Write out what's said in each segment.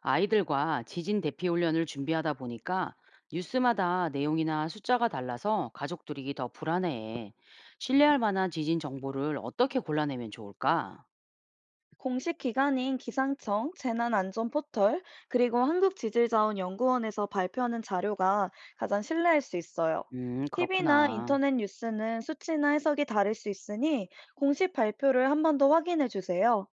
아이들과 지진 대피 훈련을 준비하다 보니까 뉴스마다 내용이나 숫자가 달라서 가족들이 더 불안해해. 신뢰할 만한 지진 정보를 어떻게 골라내면 좋을까? 공식 기관인 기상청, 재난안전포털, 그리고 한국지질자원연구원에서 발표하는 자료가 가장 신뢰할 수 있어요. TV나 그렇구나. 인터넷 뉴스는 수치나 해석이 다를 수 있으니 공식 발표를 한 번 더 확인해 주세요.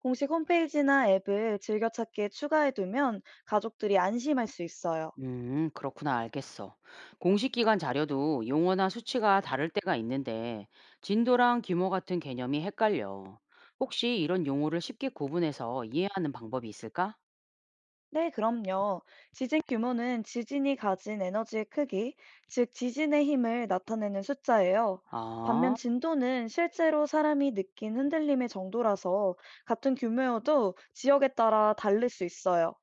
공식 홈페이지나 앱을 즐겨찾기에 추가해 두면 가족들이 안심할 수 있어요. 그렇구나. 알겠어. 공식 기관 자료도 용어나 수치가 다를 때가 있는데 진도랑 규모 같은 개념이 헷갈려. 혹시 이런 용어를 쉽게 구분해서 이해하는 방법이 있을까? 네, 그럼요. 지진 규모는 지진이 가진 에너지의 크기, 즉 지진의 힘을 나타내는 숫자예요. 반면 아, 진도는 실제로 사람이 느낀 흔들림의 정도라서 같은 규모여도 지역에 따라 다를 수 있어요.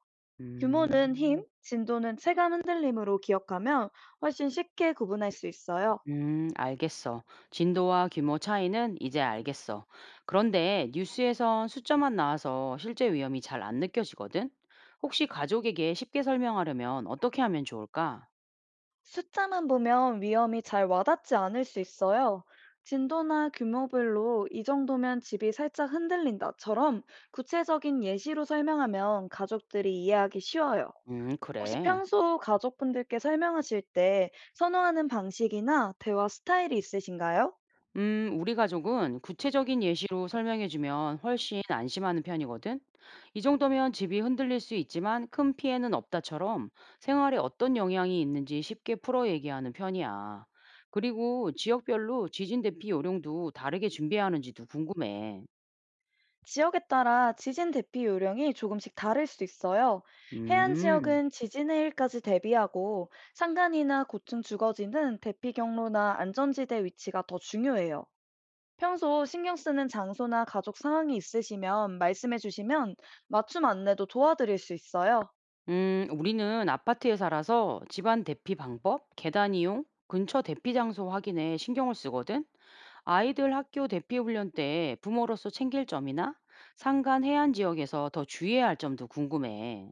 규모는 음. 힘, 진도는 체감 흔들림으로 기억하면 훨씬 쉽게 구분할 수 있어요. 알겠어. 진도와 규모 차이는 이제 알겠어. 그런데 뉴스에선 숫자만 나와서 실제 위험이 잘 안 느껴지거든? 혹시 가족에게 쉽게 설명하려면 어떻게 하면 좋을까? 숫자만 보면 위험이 잘 와닿지 않을 수 있어요. 진도나 규모별로 이 정도면 집이 살짝 흔들린다처럼 구체적인 예시로 설명하면 가족들이 이해하기 쉬워요. 혹시 그래. 평소 가족분들께 설명하실 때 선호하는 방식이나 대화 스타일이 있으신가요? 우리 가족은 구체적인 예시로 설명해주면 훨씬 안심하는 편이거든. 이 정도면 집이 흔들릴 수 있지만 큰 피해는 없다처럼 생활에 어떤 영향이 있는지 쉽게 풀어 얘기하는 편이야. 그리고 지역별로 지진 대피 요령도 다르게 준비하는지도 궁금해. 지역에 따라 지진 대피 요령이 조금씩 다를 수 있어요. 해안 음, 지역은 지진의 일까지 대비하고 산간이나 고층 주거지는 대피 경로나 안전지대 위치가 더 중요해요. 평소 신경 쓰는 장소나 가족 상황이 있으시면 말씀해 주시면 맞춤 안내도 도와드릴 수 있어요. 우리는 아파트에 살아서 집안 대피 방법, 계단 이용, 근처 대피 장소 확인에 신경을 쓰거든. 아이들 학교 대피 훈련 때 부모로서 챙길 점이나 산간 해안 지역에서 더 주의해야 할 점도 궁금해.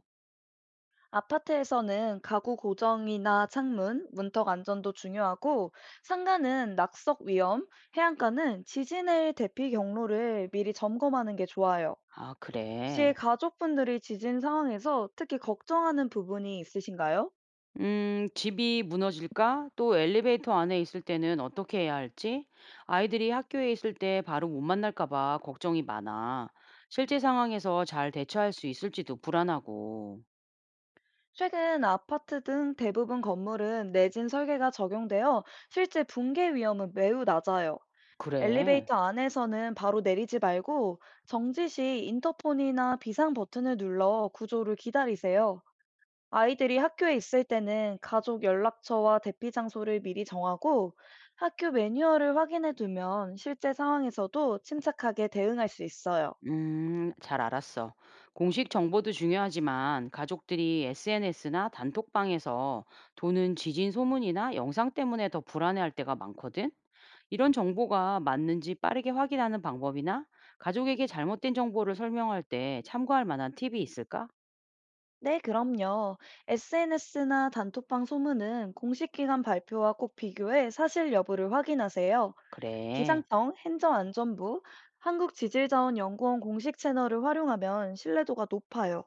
아파트에서는 가구 고정이나 창문, 문턱 안전도 중요하고 상가는 낙석 위험, 해안가는 지진의 대피 경로를 미리 점검하는 게 좋아요. 아, 혹시 그래. 가족분들이 지진 상황에서 특히 걱정하는 부분이 있으신가요? 집이 무너질까? 또 엘리베이터 안에 있을 때는 어떻게 해야 할지? 아이들이 학교에 있을 때 바로 못 만날까 봐 걱정이 많아. 실제 상황에서 잘 대처할 수 있을지도 불안하고. 최근 아파트 등 대부분 건물은 내진 설계가 적용되어 실제 붕괴 위험은 매우 낮아요. 그래. 엘리베이터 안에서는 바로 내리지 말고 정지 시 인터폰이나 비상 버튼을 눌러 구조를 기다리세요. 아이들이 학교에 있을 때는 가족 연락처와 대피 장소를 미리 정하고 학교 매뉴얼을 확인해 두면 실제 상황에서도 침착하게 대응할 수 있어요. 잘 알았어. 공식 정보도 중요하지만 가족들이 SNS나 단톡방에서 도는 지진 소문이나 영상 때문에 더 불안해할 때가 많거든. 이런 정보가 맞는지 빠르게 확인하는 방법이나 가족에게 잘못된 정보를 설명할 때 참고할 만한 팁이 있을까? 네, 그럼요. SNS나 단톡방 소문은 공식 기관 발표와 꼭 비교해 사실 여부를 확인하세요. 그래. 기상청, 행정안전부, 한국지질자원연구원 공식 채널을 활용하면 신뢰도가 높아요.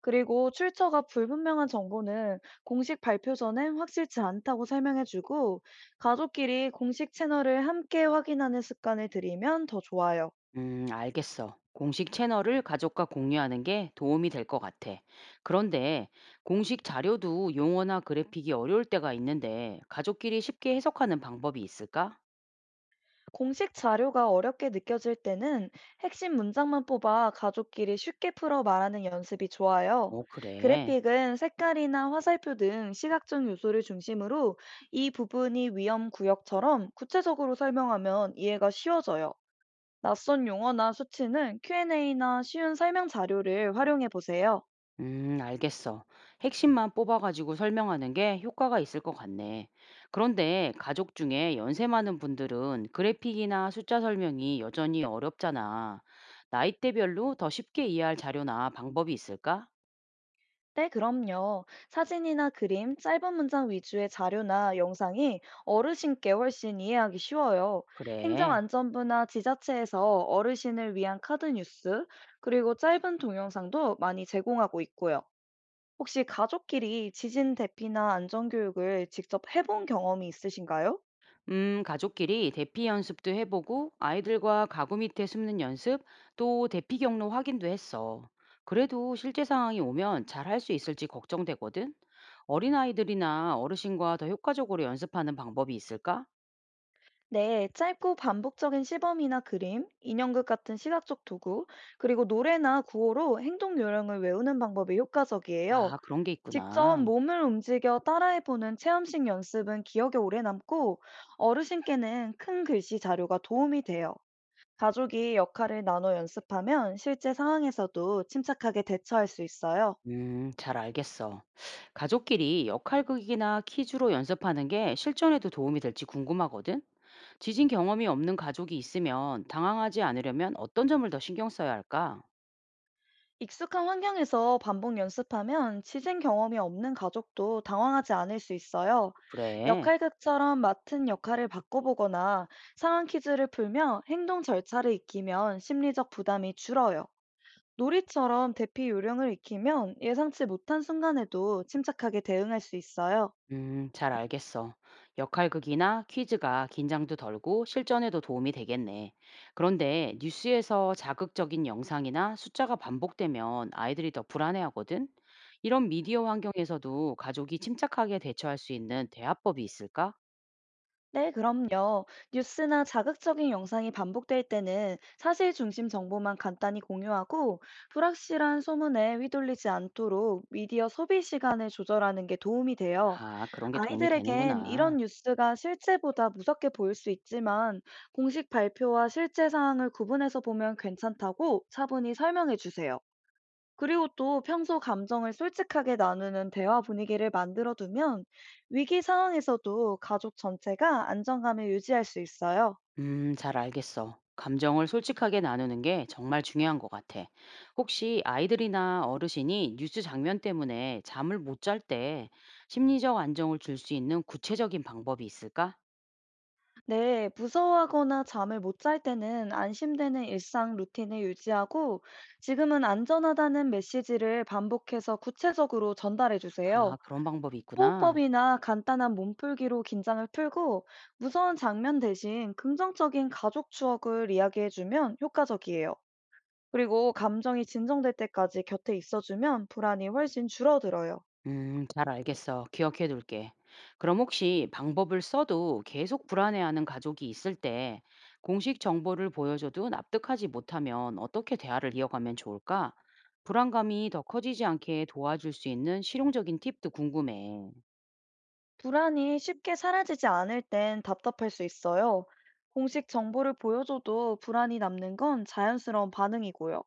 그리고 출처가 불분명한 정보는 공식 발표 전엔 확실치 않다고 설명해주고 가족끼리 공식 채널을 함께 확인하는 습관을 들이면 더 좋아요. 알겠어. 공식 채널을 가족과 공유하는 게 도움이 될 것 같아. 그런데 공식 자료도 용어나 그래픽이 어려울 때가 있는데 가족끼리 쉽게 해석하는 방법이 있을까? 공식 자료가 어렵게 느껴질 때는 핵심 문장만 뽑아 가족끼리 쉽게 풀어 말하는 연습이 좋아요. 어, 그래. 그래픽은 색깔이나 화살표 등 시각적 요소를 중심으로 이 부분이 위험 구역처럼 구체적으로 설명하면 이해가 쉬워져요. 낯선 용어나 수치는 Q&A나 쉬운 설명 자료를 활용해 보세요. 알겠어. 핵심만 뽑아가지고 설명하는 게 효과가 있을 것 같네. 그런데 가족 중에 연세 많은 분들은 그래픽이나 숫자 설명이 여전히 어렵잖아. 나이대별로 더 쉽게 이해할 자료나 방법이 있을까? 네, 그럼요. 사진이나 그림, 짧은 문장 위주의 자료나 영상이 어르신께 훨씬 이해하기 쉬워요. 그래. 행정안전부나 지자체에서 어르신을 위한 카드 뉴스, 그리고 짧은 동영상도 많이 제공하고 있고요. 혹시 가족끼리 지진 대피나 안전교육을 직접 해본 경험이 있으신가요? 가족끼리 대피 연습도 해보고 아이들과 가구 밑에 숨는 연습, 또 대피 경로 확인도 했어. 그래도 실제 상황이 오면 잘 할 수 있을지 걱정되거든. 어린아이들이나 어르신과 더 효과적으로 연습하는 방법이 있을까? 네, 짧고 반복적인 시범이나 그림, 인형극 같은 시각적 도구, 그리고 노래나 구호로 행동 요령을 외우는 방법이 효과적이에요. 아, 그런 게 직접 있구나. 몸을 움직여 따라해보는 체험식 연습은 기억에 오래 남고 어르신께는 큰 글씨 자료가 도움이 돼요. 가족이 역할을 나눠 연습하면 실제 상황에서도 침착하게 대처할 수 있어요. 잘 알겠어. 가족끼리 역할극이나 퀴즈로 연습하는 게 실전에도 도움이 될지 궁금하거든. 지진 경험이 없는 가족이 있으면 당황하지 않으려면 어떤 점을 더 신경 써야 할까? 익숙한 환경에서 반복 연습하면 지진 경험이 없는 가족도 당황하지 않을 수 있어요. 그래. 역할극처럼 맡은 역할을 바꿔보거나 상황 퀴즈를 풀며 행동 절차를 익히면 심리적 부담이 줄어요. 놀이처럼 대피 요령을 익히면 예상치 못한 순간에도 침착하게 대응할 수 있어요. 잘 알겠어. 역할극이나 퀴즈가 긴장도 덜고 실전에도 도움이 되겠네. 그런데 뉴스에서 자극적인 영상이나 숫자가 반복되면 아이들이 더 불안해하거든? 이런 미디어 환경에서도 가족이 침착하게 대처할 수 있는 대화법이 있을까? 네, 그럼요. 뉴스나 자극적인 영상이 반복될 때는 사실 중심 정보만 간단히 공유하고 불확실한 소문에 휘둘리지 않도록 미디어 소비 시간을 조절하는 게 도움이 돼요. 아, 그런 게 도움이 아이들에겐 이런 되는구나. 뉴스가 실제보다 무섭게 보일 수 있지만 공식 발표와 실제 상황을 구분해서 보면 괜찮다고 차분히 설명해 주세요. 그리고 또 평소 감정을 솔직하게 나누는 대화 분위기를 만들어두면 위기 상황에서도 가족 전체가 안정감을 유지할 수 있어요. 잘 알겠어. 감정을 솔직하게 나누는 게 정말 중요한 것 같아. 혹시 아이들이나 어르신이 뉴스 장면 때문에 잠을 못 잘 때 심리적 안정을 줄 수 있는 구체적인 방법이 있을까? 네, 무서워하거나 잠을 못 잘 때는 안심되는 일상 루틴을 유지하고 지금은 안전하다는 메시지를 반복해서 구체적으로 전달해 아, 주세요. 그런 방법이 있구나. 호흡법이나 간단한 몸풀기로 긴장을 풀고 무서운 장면 대신 긍정적인 가족 추억을 이야기해 주면 효과적이에요. 그리고 감정이 진정될 때까지 곁에 있어주면 불안이 훨씬 줄어들어요. 잘 알겠어. 기억해 둘게. 그럼 혹시 방법을 써도 계속 불안해하는 가족이 있을 때 공식 정보를 보여줘도 납득하지 못하면 어떻게 대화를 이어가면 좋을까? 불안감이 더 커지지 않게 도와줄 수 있는 실용적인 팁도 궁금해. 불안이 쉽게 사라지지 않을 땐 답답할 수 있어요. 공식 정보를 보여줘도 불안이 남는 건 자연스러운 반응이고요.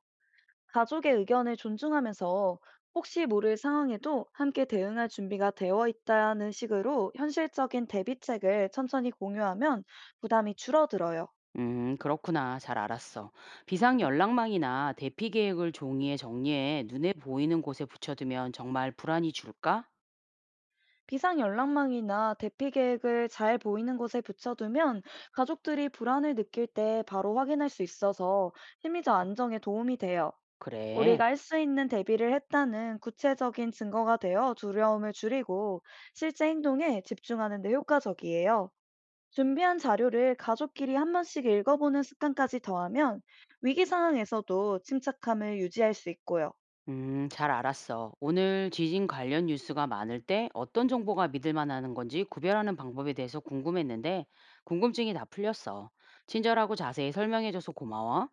가족의 의견을 존중하면서 혹시 모를 상황에도 함께 대응할 준비가 되어 있다는 식으로 현실적인 대비책을 천천히 공유하면 부담이 줄어들어요. 그렇구나. 잘 알았어. 비상 연락망이나 대피 계획을 종이에 정리해 눈에 보이는 곳에 붙여두면 정말 불안이 줄까? 비상 연락망이나 대피 계획을 잘 보이는 곳에 붙여두면 가족들이 불안을 느낄 때 바로 확인할 수 있어서 심리적 안정에 도움이 돼요. 그래. 우리가 할 수 있는 대비를 했다는 구체적인 증거가 되어 두려움을 줄이고 실제 행동에 집중하는 데 효과적이에요. 준비한 자료를 가족끼리 한 번씩 읽어보는 습관까지 더하면 위기 상황에서도 침착함을 유지할 수 있고요. 잘 알았어. 오늘 지진 관련 뉴스가 많을 때 어떤 정보가 믿을 만한 건지 구별하는 방법에 대해서 궁금했는데 궁금증이 다 풀렸어. 친절하고 자세히 설명해줘서 고마워.